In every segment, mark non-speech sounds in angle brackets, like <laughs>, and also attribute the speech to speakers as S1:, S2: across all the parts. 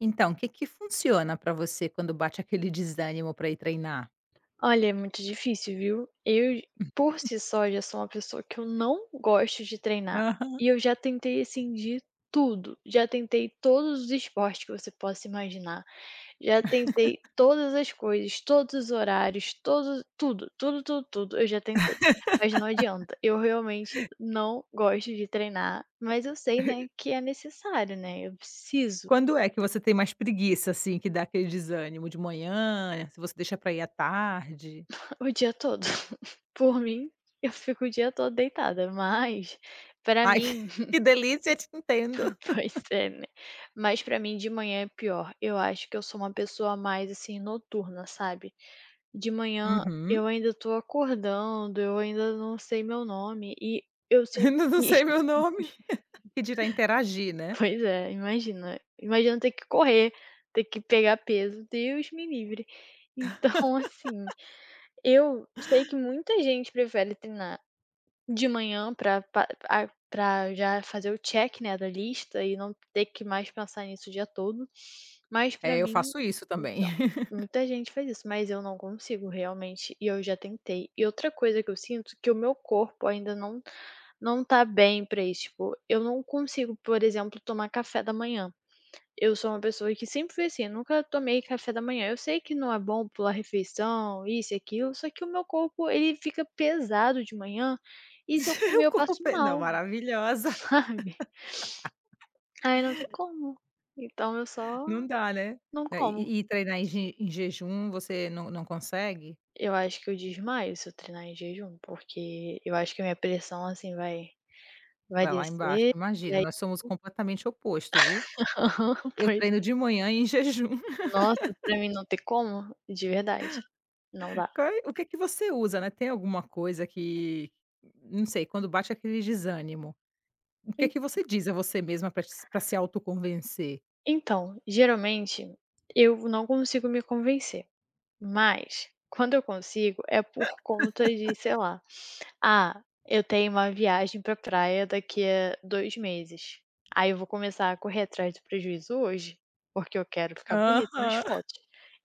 S1: Então, o que que funciona pra você quando bate aquele <laughs> desânimo pra ir treinar?
S2: Olha, é muito difícil, viu. Eu, por si só, já sou uma pessoa que eu não gosto de treinar,
S1: Aham.
S2: e eu já tentei, assim, de tudo. Já tentei todos os esportes que você possa imaginar, já tentei todas as coisas, todos os horários, todos tudo, tudo, tudo, tudo, eu já tentei, mas não adianta. Eu realmente não gosto de treinar, mas eu sei, né, que é necessário, né, eu preciso.
S1: Quando é que você tem mais preguiça, assim, que dá aquele desânimo? De manhã? Se você deixa pra ir à tarde?
S2: O dia todo. <laughs> Por mim, eu fico o dia todo deitada, mas pra
S1: Ai,
S2: mim.
S1: <laughs> que delícia, te entendo.
S2: <laughs> Pois é, né. Mas pra mim de manhã é pior. Eu acho que eu sou uma pessoa mais, assim, noturna, sabe. De manhã
S1: Uhum.
S2: eu ainda tô acordando, eu ainda não sei meu nome e eu
S1: <laughs>
S2: sinto
S1: Ainda não
S2: que...
S1: sei meu
S2: <laughs>
S1: nome. Que dirá interagir, né?
S2: Pois é, imagina. Imagina ter que correr, ter que pegar peso, Deus me livre. Então, <laughs> assim, eu sei que muita gente prefere treinar de manhã pra pa a pra já fazer o check, né, da lista e não ter que mais pensar nisso o dia todo. Mas pra
S1: É, eu
S2: mim,
S1: faço isso
S2: m
S1: também. <laughs>
S2: muita gente faz isso, mas eu não consigo realmente, e eu já tentei. E outra coisa que eu sinto, que o meu corpo ainda não tá bem pra isso, tipo, eu não consigo, por exemplo, tomar café da manhã. Eu sou uma pessoa que sempre foi assim, eu nunca tomei café da manhã. Eu sei que não é bom pular refeição, isso e aquilo, só que o meu corpo ele fica pesado de manhã, e se eu comer
S1: Eu
S2: eu
S1: como
S2: passo
S1: pe não,
S2: mal, <laughs>
S1: maravilhosa.
S2: sabe. Aí não tem como, então eu só
S1: Não dá, né?
S2: não
S1: Né,
S2: como.
S1: e treinar em je em jejum você não consegue?
S2: Eu acho que eu desmaio se eu treinar em jejum, porque eu acho que a minha pressão, assim, vai
S1: Vai lá embaixo,
S2: descer, e
S1: imagina,
S2: aí...
S1: nós somos completamente oposto, viu?
S2: <laughs>
S1: Eu
S2: Pois
S1: treino de manhã em jejum. <laughs>
S2: é. Nossa, pra mim não tem como, de verdade, não dá.
S1: Qual é o que é que você usa, né, tem alguma coisa que não sei, quando bate aquele desânimo, o que é que você diz a você mesma para se autoconvencer?
S2: Então, geralmente eu não consigo me convencer, mas quando eu consigo é por conta de, sei lá, ah, eu tenho uma viagem pra praia daqui a 2 meses. Aí eu vou começar a correr atrás do prejuízo hoje, porque eu quero ficar bonita nas
S1: Aham.
S2: fotos.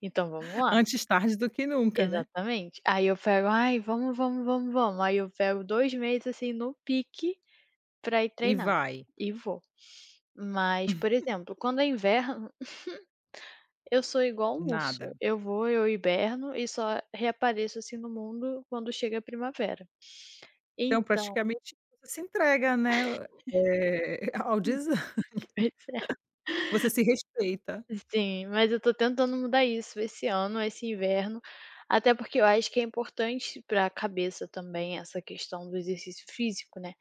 S2: Então vamos lá.
S1: Antes tarde do que nunca, né.
S2: Exatamente. Aí eu pego: "Ai, vamos, vamos, vamos, vamos". Aí eu pego 2 meses, assim, no pique pra ir
S1: E
S2: treinar
S1: vai,
S2: e vou. Mas, por exemplo, quando é inverno... <laughs> Eu sou igual um urso,
S1: nada.
S2: eu vou, eu hiberno e só reapareço, assim, no mundo quando chega a primavera.
S1: Então
S2: Então...
S1: praticamente você se entrega, né, <laughs> ao desânimo,
S2: <laughs> Pois é.
S1: você se respeita.
S2: Sim, mas eu tô tentando mudar isso esse ano, esse inverno, até porque eu acho que é importante para a cabeça também essa questão do exercício físico, né,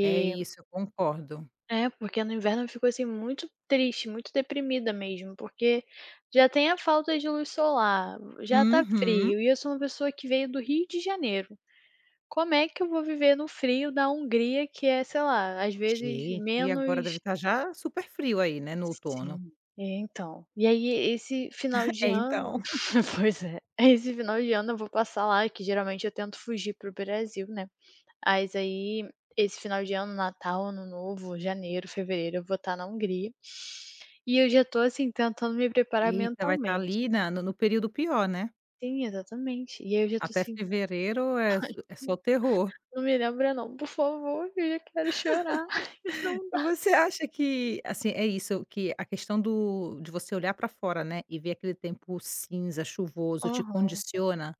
S1: É isso, eu concordo.
S2: é, porque no inverno eu fico, assim, muito triste, muito deprimida mesmo, porque já tem a falta de luz solar, já tá
S1: Uhum.
S2: frio e eu sou uma pessoa que veio do Rio de Janeiro. Como é que eu vou viver no frio da Hungria que é, sei lá, às vezes
S1: Gente, e agora deve
S2: menos...
S1: estar já super frio aí, né, no outono.
S2: Sim, é então. E aí esse final
S1: <laughs>
S2: de
S1: É,
S2: ano...
S1: então.
S2: <laughs> Pois é, esse final de ano eu vou passar lá, que geralmente eu tento fugir pro Brasil, né. Mas aí esse final de ano, Natal, Ano Novo, janeiro, fevereiro, eu vou estar na Hungria. E eu já tô, assim, tentando me preparar
S1: Eita, vai estar
S2: mentalmente.
S1: ali na no no período pior, né.
S2: Sim, exatamente. E aí eu já tô
S1: Até
S2: assim:
S1: fevereiro é s é só terror.
S2: "Não me lembra não, por favor, eu já quero chorar, <laughs> não dá".
S1: Você acha que, assim, é isso, que a questão do de você olhar pra fora, né, e ver aquele tempo cinza, chuvoso, te
S2: Aham.
S1: condiciona?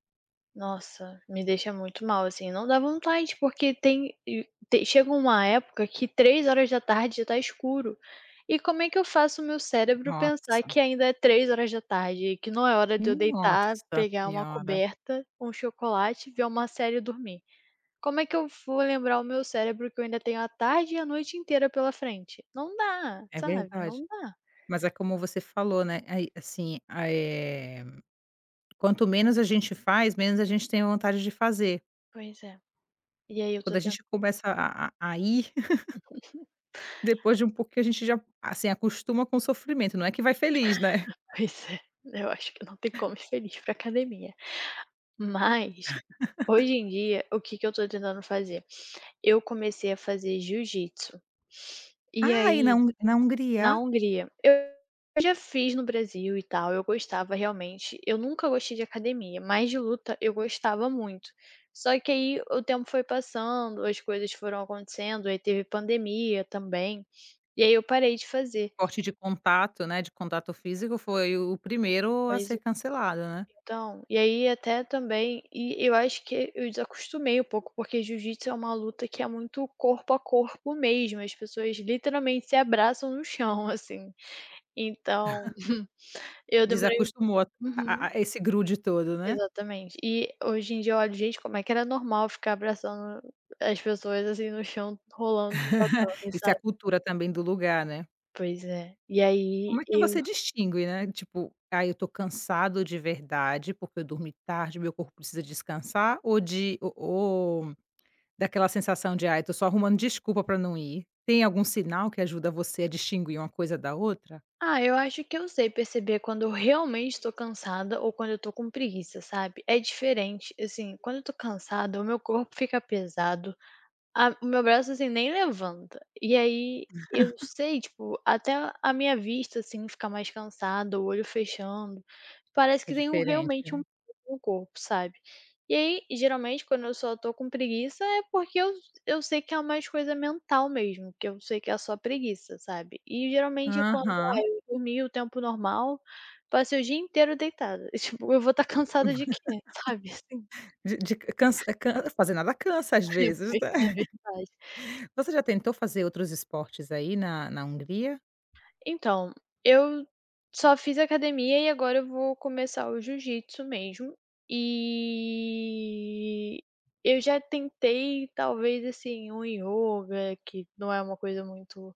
S2: Nossa, me deixa muito mal, assim, não dá vontade, porque tem e te chega uma época que 3 horas da tarde já tá escuro. E como é que eu faço o meu cérebro pensar
S1: Nossa,
S2: que ainda é 3 horas da tarde, que não é hora de eu deitar,
S1: nossa
S2: pegar uma
S1: senhora,
S2: coberta, um chocolate, ver uma série e dormir? Como é que eu vou lembrar o meu cérebro que eu ainda tenho a tarde e a noite inteira pela frente? Não dá,
S1: é
S2: sabe,
S1: verdade.
S2: não dá.
S1: Mas é como você falou, né, aí, assim, quanto menos a gente faz, menos a gente tem vontade de fazer.
S2: Pois é. E aí eu tô
S1: Quando a
S2: tentando.
S1: gente começa a ir.
S2: <laughs>
S1: Depois de um pouquinho a gente já, assim, acostuma com o sofrimento, não é que vai feliz, né.
S2: Pois é, eu acho que não tem como ir feliz pra academia. Mas, hoje em dia, o que que eu tô tentando fazer? Eu comecei a fazer jiu-jitsu. E
S1: Ah, e na
S2: aí,
S1: Hungria?
S2: na Hungria eu já fiz no Brasil e tal, eu gostava realmente. Eu nunca gostei de academia, mas de luta eu gostava muito. Só que aí o tempo foi passando, as coisas foram acontecendo, aí teve pandemia também, e aí eu parei de fazer.
S1: Corte de contato, né, de contato físico foi o primeiro a
S2: Mas
S1: ser cancelado, né.
S2: então, e aí até também e eu acho que eu desacostumei um pouco, porque jiu-jitsu é uma luta que é muito corpo a corpo mesmo, as pessoas literalmente se abraçam no chão, assim. Então, <laughs> eu demorei.
S1: Desacostumou a a
S2: Uhum,
S1: a esse grude todo, né.
S2: exatamente. E hoje em dia eu olho: "Gente, como é que era normal ficar abraçando as pessoas, assim, no chão, rolando no
S1: <laughs>
S2: tatame",
S1: Isso é a
S2: sabe.
S1: cultura também do lugar, né.
S2: Pois é. E aí
S1: Como é que
S2: eu...
S1: você distingue, né, tipo: "Ah, eu tô cansado de verdade, porque eu dormi tarde, meu corpo precisa descansar", ou daquela sensação de: "Ai, tô só arrumando desculpa pra não ir". Tem algum sinal que ajuda você a distinguir uma coisa da outra?
S2: Ah, eu acho que eu sei perceber quando eu realmente estou cansada ou quando eu tô com preguiça, sabe? É diferente. Assim, quando eu tô cansada, o meu corpo fica pesado, ah, o meu braço, assim, nem levanta. E aí eu sei, tipo, até a minha vista, assim, ficar mais cansada, o olho fechando, parece
S1: É
S2: que tem um
S1: diferente,
S2: realmente um
S1: né.
S2: peso no corpo, sabe. E aí, geralmente, quando eu só tô com preguiça é porque eu sei que é mais coisa mental mesmo, que eu sei que é só preguiça, sabe. E geralmente quando, ah,
S1: Aham.
S2: eu dormi o tempo normal, passei o dia inteiro deitada, <laughs> tipo, eu vou estar <laughs> cansada de
S1: <laughs>
S2: quê, sabe, assim,
S1: De cansa é, can Fazer nada cansa às
S2: <laughs>
S1: vezes,
S2: depois, na
S1: né.
S2: verdade.
S1: <laughs> Você já tentou fazer outros esportes aí na Hungria?
S2: Então, eu só fiz academia e agora eu vou começar o jiu-jitsu mesmo. E eu já tentei, talvez, assim, um yoga, que não é uma coisa muito,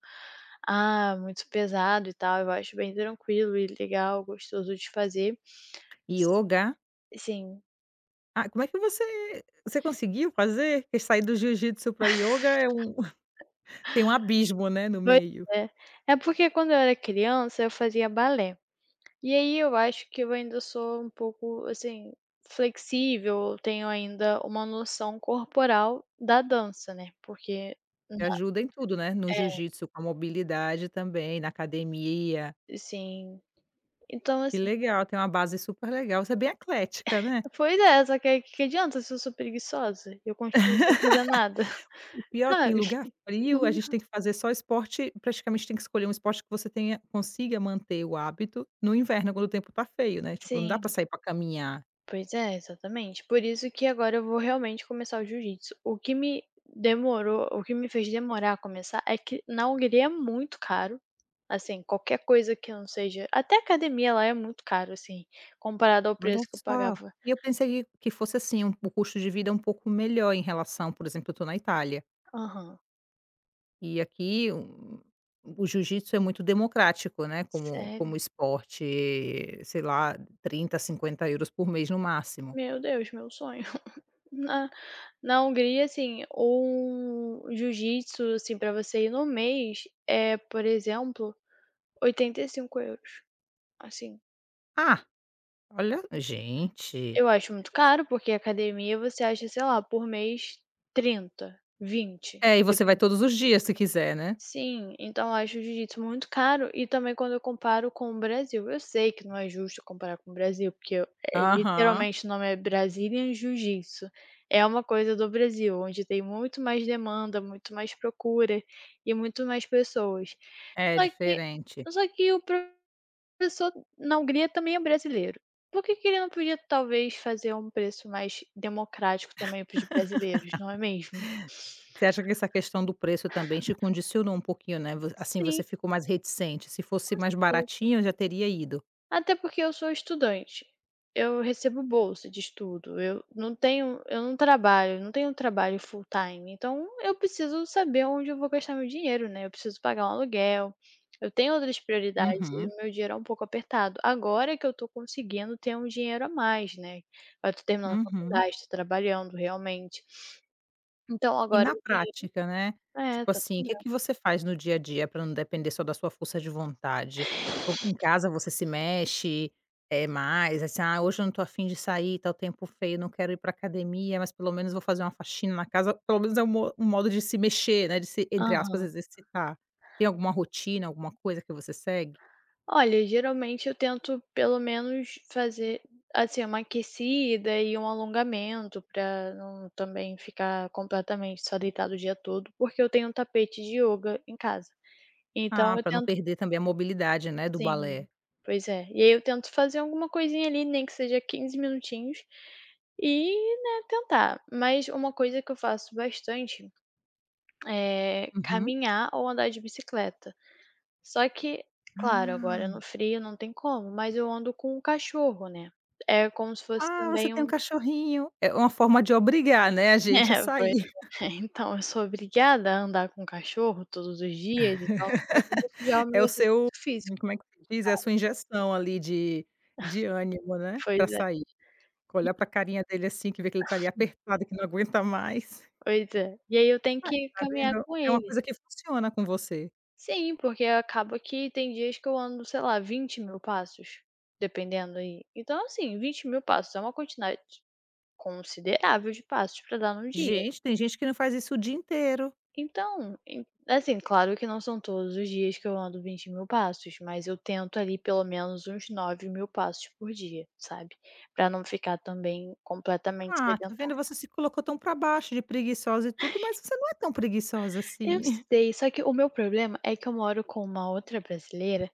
S2: ah, muito pesado e tal. Eu acho bem tranquilo e legal, gostoso de fazer. S-
S1: Yoga.
S2: Sim,
S1: Ah, como é que você conseguiu fazer? Porque sair do jiu-jitsu para yoga é um <laughs> tem um abismo, né, no
S2: pois
S1: meio.
S2: é. É porque quando eu era criança eu fazia balé. E aí eu acho que eu ainda sou um pouco, assim, flexível, eu tenho ainda uma noção corporal da dança, né, porque não...
S1: Te ajuda em tudo, né, no jiu-jitsu, com a mobilidade também, na academia.
S2: Sim. Então
S1: Que
S2: assim,
S1: legal, tem uma base super legal, você é bem eclética, né.
S2: pois é, só que aí que adianta se eu sou preguiçosa? Eu continuo sem fazer nada,
S1: O
S2: <laughs>
S1: pior é que em
S2: sabe?
S1: lugar frio a gente tem que fazer só esporte, praticamente tem que escolher um esporte que você tenha consiga manter o hábito no inverno quando o tempo tá feio, né, tipo, não dá
S2: Sim.
S1: pra sair pra caminhar.
S2: Pois é, exatamente. Por isso que agora eu vou realmente começar o jiu-jitsu. O que me fez demorar a começar é que na Hungria é muito caro, assim, qualquer coisa que não seja até academia lá é muito caro, assim, comparado ao
S1: Olha
S2: preço que eu
S1: só,
S2: pagava.
S1: e eu pensei que fosse assim, o custo de vida um pouco melhor em relação, por exemplo, eu tô na Itália,
S2: Aham.
S1: e aqui o jiu-jitsu é muito democrático, né, como
S2: Sério?
S1: esporte, sei lá, trinta, cinquenta euros por mês no máximo.
S2: Meu Deus, meu sonho. <laughs> Na na Hungria, assim, um jiu-jitsu, assim, pra você ir no mês é, por exemplo, 85 euros. Assim.
S1: Ah! Olha, gente.
S2: Eu acho muito caro, porque academia você acha, sei lá, por mês 30, 20.
S1: É, e você
S2: Depen
S1: vai todos os dias se quiser, né?
S2: Sim, então eu acho o jiu-jitsu muito caro e também quando eu comparo com o Brasil. Eu sei que não é justo comparar com o Brasil, porque eu- é
S1: Aham.
S2: literalmente o nome é Brazilian Jiu-Jitsu, é uma coisa do Brasil, onde tem muito mais demanda, muito mais procura e muito mais pessoas.
S1: É
S2: Só que
S1: diferente.
S2: só que o pro pessoa na Hungria também é brasileiro. Por que que ele não podia talvez fazer um preço mais democrático também para os brasileiros, não é mesmo?
S1: Você acha que essa questão do preço também te condicionou um pouquinho, né? Vo Assim,
S2: Sim,
S1: você ficou mais reticente. Se fosse
S2: com
S1: mais
S2: certeza.
S1: baratinho, eu já teria ido.
S2: Até porque eu sou estudante. Eu recebo bolsa de estudo, eu não trabalho, não tenho um trabalho full time, então eu preciso saber onde eu vou gastar meu dinheiro, né, eu preciso pagar um aluguel, eu tenho outras prioridades e
S1: Uhum,
S2: o meu dinheiro é um pouco apertado. Agora que eu tô conseguindo ter um dinheiro a mais, né, eu tô terminando a
S1: uhum.
S2: faculdade, tô trabalhando realmente. Então
S1: E
S2: agora
S1: na
S2: o dinheiro
S1: prática, né,
S2: é,
S1: tipo
S2: tá
S1: assim, o que é
S2: sobrando.
S1: que você faz no dia a dia para não depender só da sua força de vontade? Tipo, em casa você se mexe, é mais, assim: "Ah, hoje eu não tô afim de sair, tá o tempo feio, não quero ir pra academia, mas pelo menos vou fazer uma faxina na casa", pelo menos é um mo um modo de se mexer, né, de se, entre aspas,
S2: Aham.
S1: "exercitar". Tem alguma rotina, alguma coisa que você segue?
S2: Olha, geralmente eu tento pelo menos fazer, assim, uma aquecida e um alongamento para não também ficar completamente só deitado o dia todo, porque eu tenho um tapete de yoga em casa. Então
S1: Ah,
S2: eu
S1: pra não
S2: tento...
S1: perder também a mobilidade, né, do
S2: Sim,
S1: balé.
S2: pois é. E aí eu tento fazer alguma coisinha ali, nem que seja 15 minutinhos e, né, tentar. Mas uma coisa que eu faço bastante é
S1: Uhum.
S2: caminhar ou andar de bicicleta. Só que, claro, agora no
S1: Ah.
S2: frio não tem como, mas eu ando com um cachorro, né. É como se fosse
S1: Ah, você
S2: também
S1: tem um
S2: um...
S1: cachorrinho. É uma forma de obrigar, né, a gente
S2: <laughs>
S1: a
S2: É, pois
S1: sair.
S2: é. Então eu sou obrigada a andar com o cachorro todos os dias, então
S1: <laughs>
S2: pra mim isso já é o meu
S1: É o seu,
S2: exercício físico.
S1: como é que se diz? É a sua injeção ali de ânimo, né,
S2: Pois
S1: pra
S2: é,
S1: sair. Olhar pra carinha dele, assim, que vê que ele tá ali apertado, que não aguenta mais. <laughs>
S2: pois é. E aí eu tenho
S1: Aí,
S2: que
S1: tá
S2: caminhar
S1: vendo?
S2: com
S1: É uma
S2: ele.
S1: coisa que funciona com você.
S2: Sim, porque acaba que tem dias que eu ando, sei lá, 20 mil passos, dependendo aí. Então assim, 20 mil passos é uma quantidade considerável de passos pra dar num dia.
S1: Gente, tem gente que não faz isso o dia inteiro.
S2: Então, en assim, claro que não são todos os dias que eu ando 20 mil passos, mas eu tento ali pelo menos uns 9 mil passos por dia, sabe, pra não ficar também completamente
S1: Ah, tá vendo?
S2: sedentária.
S1: Você se colocou tão pra baixo de preguiçosa e tudo, mas você não é tão preguiçosa
S2: Eu
S1: assim. <laughs>
S2: sei, só que o meu problema é que eu moro com uma outra brasileira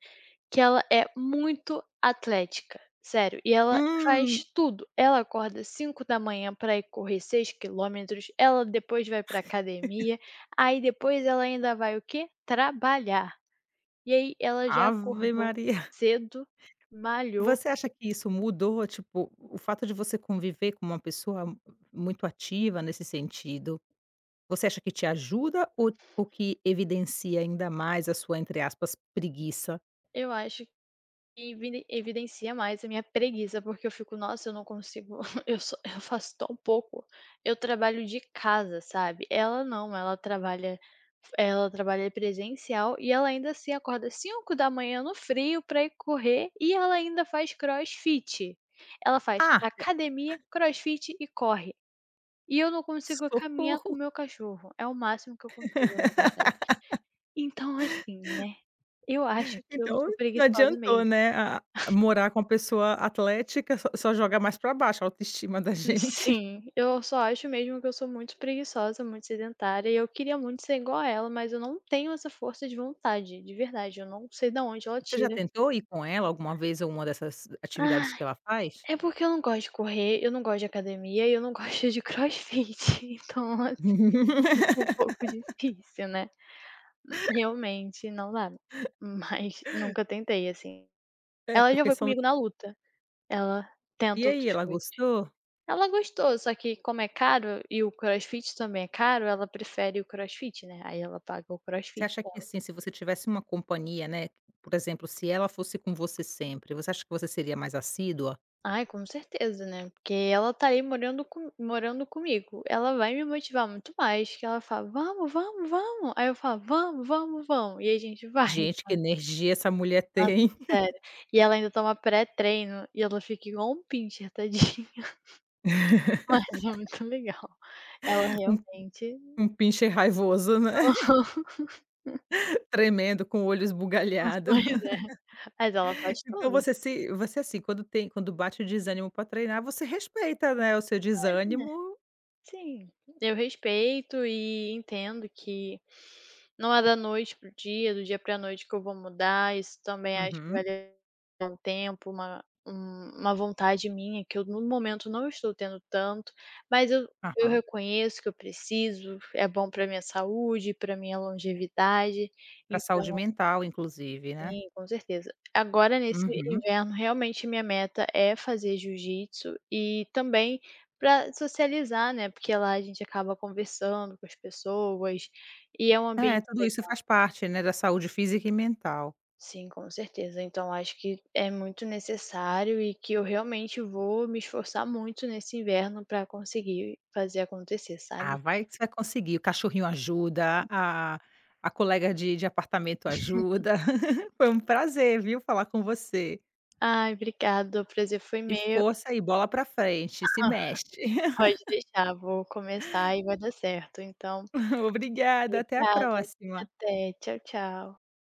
S2: que ela é muito atlética, sério, e ela faz
S1: Hum,
S2: tudo. Ela acorda 5h pra ir correr 6 quilômetros, ela depois vai pra academia, aí depois ela ainda vai o quê? Trabalhar. E aí ela já
S1: ave
S2: acordou
S1: Maria.
S2: cedo, malhou,
S1: Você acha que isso mudou, tipo, o fato de você conviver com uma pessoa muito ativa nesse sentido? Você acha que te ajuda ou que evidencia ainda mais a sua, entre aspas, "preguiça"?
S2: eu acho que evidencia mais a minha preguiça, porque eu fico: "Nossa, eu não consigo, <laughs> eu faço tão pouco, eu trabalho de casa", sabe. Ela não, ela trabalha presencial e ela ainda assim acorda 5 da manhã no frio pra ir correr e ela ainda faz crossfit. Ela faz
S1: "Ah, é,
S2: academia, crossfit e corre. E eu não consigo caminhar com o
S1: socorro.
S2: meu cachorro, é o máximo que eu consigo, na verdade.
S1: <laughs>
S2: Então, assim, né, eu acho que eu
S1: Então
S2: sou
S1: não
S2: preguiçosa mesmo.
S1: adiantou, né, a morar com uma pessoa atlética, só joga mais para baixo a autoestima da
S2: <laughs>
S1: gente".
S2: Sim, eu só acho mesmo que eu sou muito preguiçosa, muito sedentária e eu queria muito ser igual a ela, mas eu não tenho essa força de vontade, de verdade, eu não sei da onde ela
S1: <laughs> Você já
S2: tira.
S1: tentou ir com ela alguma vez a uma dessas
S2: Ah,
S1: atividades que ela faz?
S2: é porque eu não gosto de correr, eu não gosto de academia e eu não <laughs> gosto de crossfit, <laughs> então, assim,
S1: <laughs>
S2: fica um pouco difícil, né. Realmente não dá, mas nunca tentei, assim.
S1: É,
S2: Ela já
S1: porque
S2: foi
S1: são.
S2: comigo na luta, ela
S1: E
S2: tenta
S1: aí,
S2: outras
S1: ela
S2: coisas.
S1: gostou?
S2: Ela gostou, só que como é caro e o crossfit também é caro, ela prefere o crossfit, né, aí ela paga o
S1: Você
S2: crossfit.
S1: acha que, assim, se você tivesse uma companhia, né, por exemplo, se ela fosse com você sempre, você acha que você seria mais assídua?
S2: Ai, com certeza, né, porque ela tá aí morando comigo, ela vai me motivar muito mais, que ela fala: "Vamos, vamos, vamos", aí eu falo: "Vamos, vamos, vamos", e a gente vai.
S1: Gente, que
S2: <laughs>
S1: energia essa mulher
S2: Nossa,
S1: tem. <laughs>
S2: sério. E ela ainda toma pré-treino e ela fica igual um pincher, tadinha, <laughs> mas é muito legal. Ela
S1: Um
S2: realmente...
S1: pincher raivoso, né,
S2: <laughs>
S1: <laughs> tremendo, com o olho esbugalhado.
S2: Pois é, mas ela faz
S1: <laughs> Então
S2: tudo.
S1: você se você, assim, quando bate o desânimo para treinar, você respeita, né, o seu desânimo.
S2: Sim, eu respeito e entendo que não é da noite pro dia, do dia para noite que eu vou mudar. Isso também acho que vai
S1: Uhum,
S2: levar um tempo, uma vontade minha que eu no momento não estou tendo tanto, mas eu
S1: aham.
S2: reconheço que eu preciso, é bom para minha saúde, para minha longevidade,
S1: Para saúde
S2: então...
S1: mental, inclusive, né.
S2: Sim, com certeza. Agora nesse
S1: Uhum.
S2: inverno, realmente minha meta é fazer jiu-jitsu e também para socializar, né, porque lá a gente acaba conversando com as pessoas e é um
S1: É,
S2: ambiente
S1: tudo
S2: le
S1: isso faz parte, né, da saúde física e mental.
S2: sim, com certeza. Então acho que é muito necessário e que eu realmente vou me esforçar muito nesse inverno para conseguir fazer acontecer,
S1: Ah,
S2: sabe.
S1: vai que você vai conseguir. O cachorrinho ajuda, a colega de apartamento ajuda. <laughs> Foi um prazer, viu, falar com você.
S2: Ai, obrigada, o prazer foi
S1: E
S2: meu.
S1: força aí, bola pra frente, se
S2: <laughs>
S1: mexe. <laughs>
S2: Pode deixar, vou começar e vai dar certo, então...
S1: Obrigada, até a
S2: Obrigada.
S1: próxima.
S2: Até. Tchau, tchau.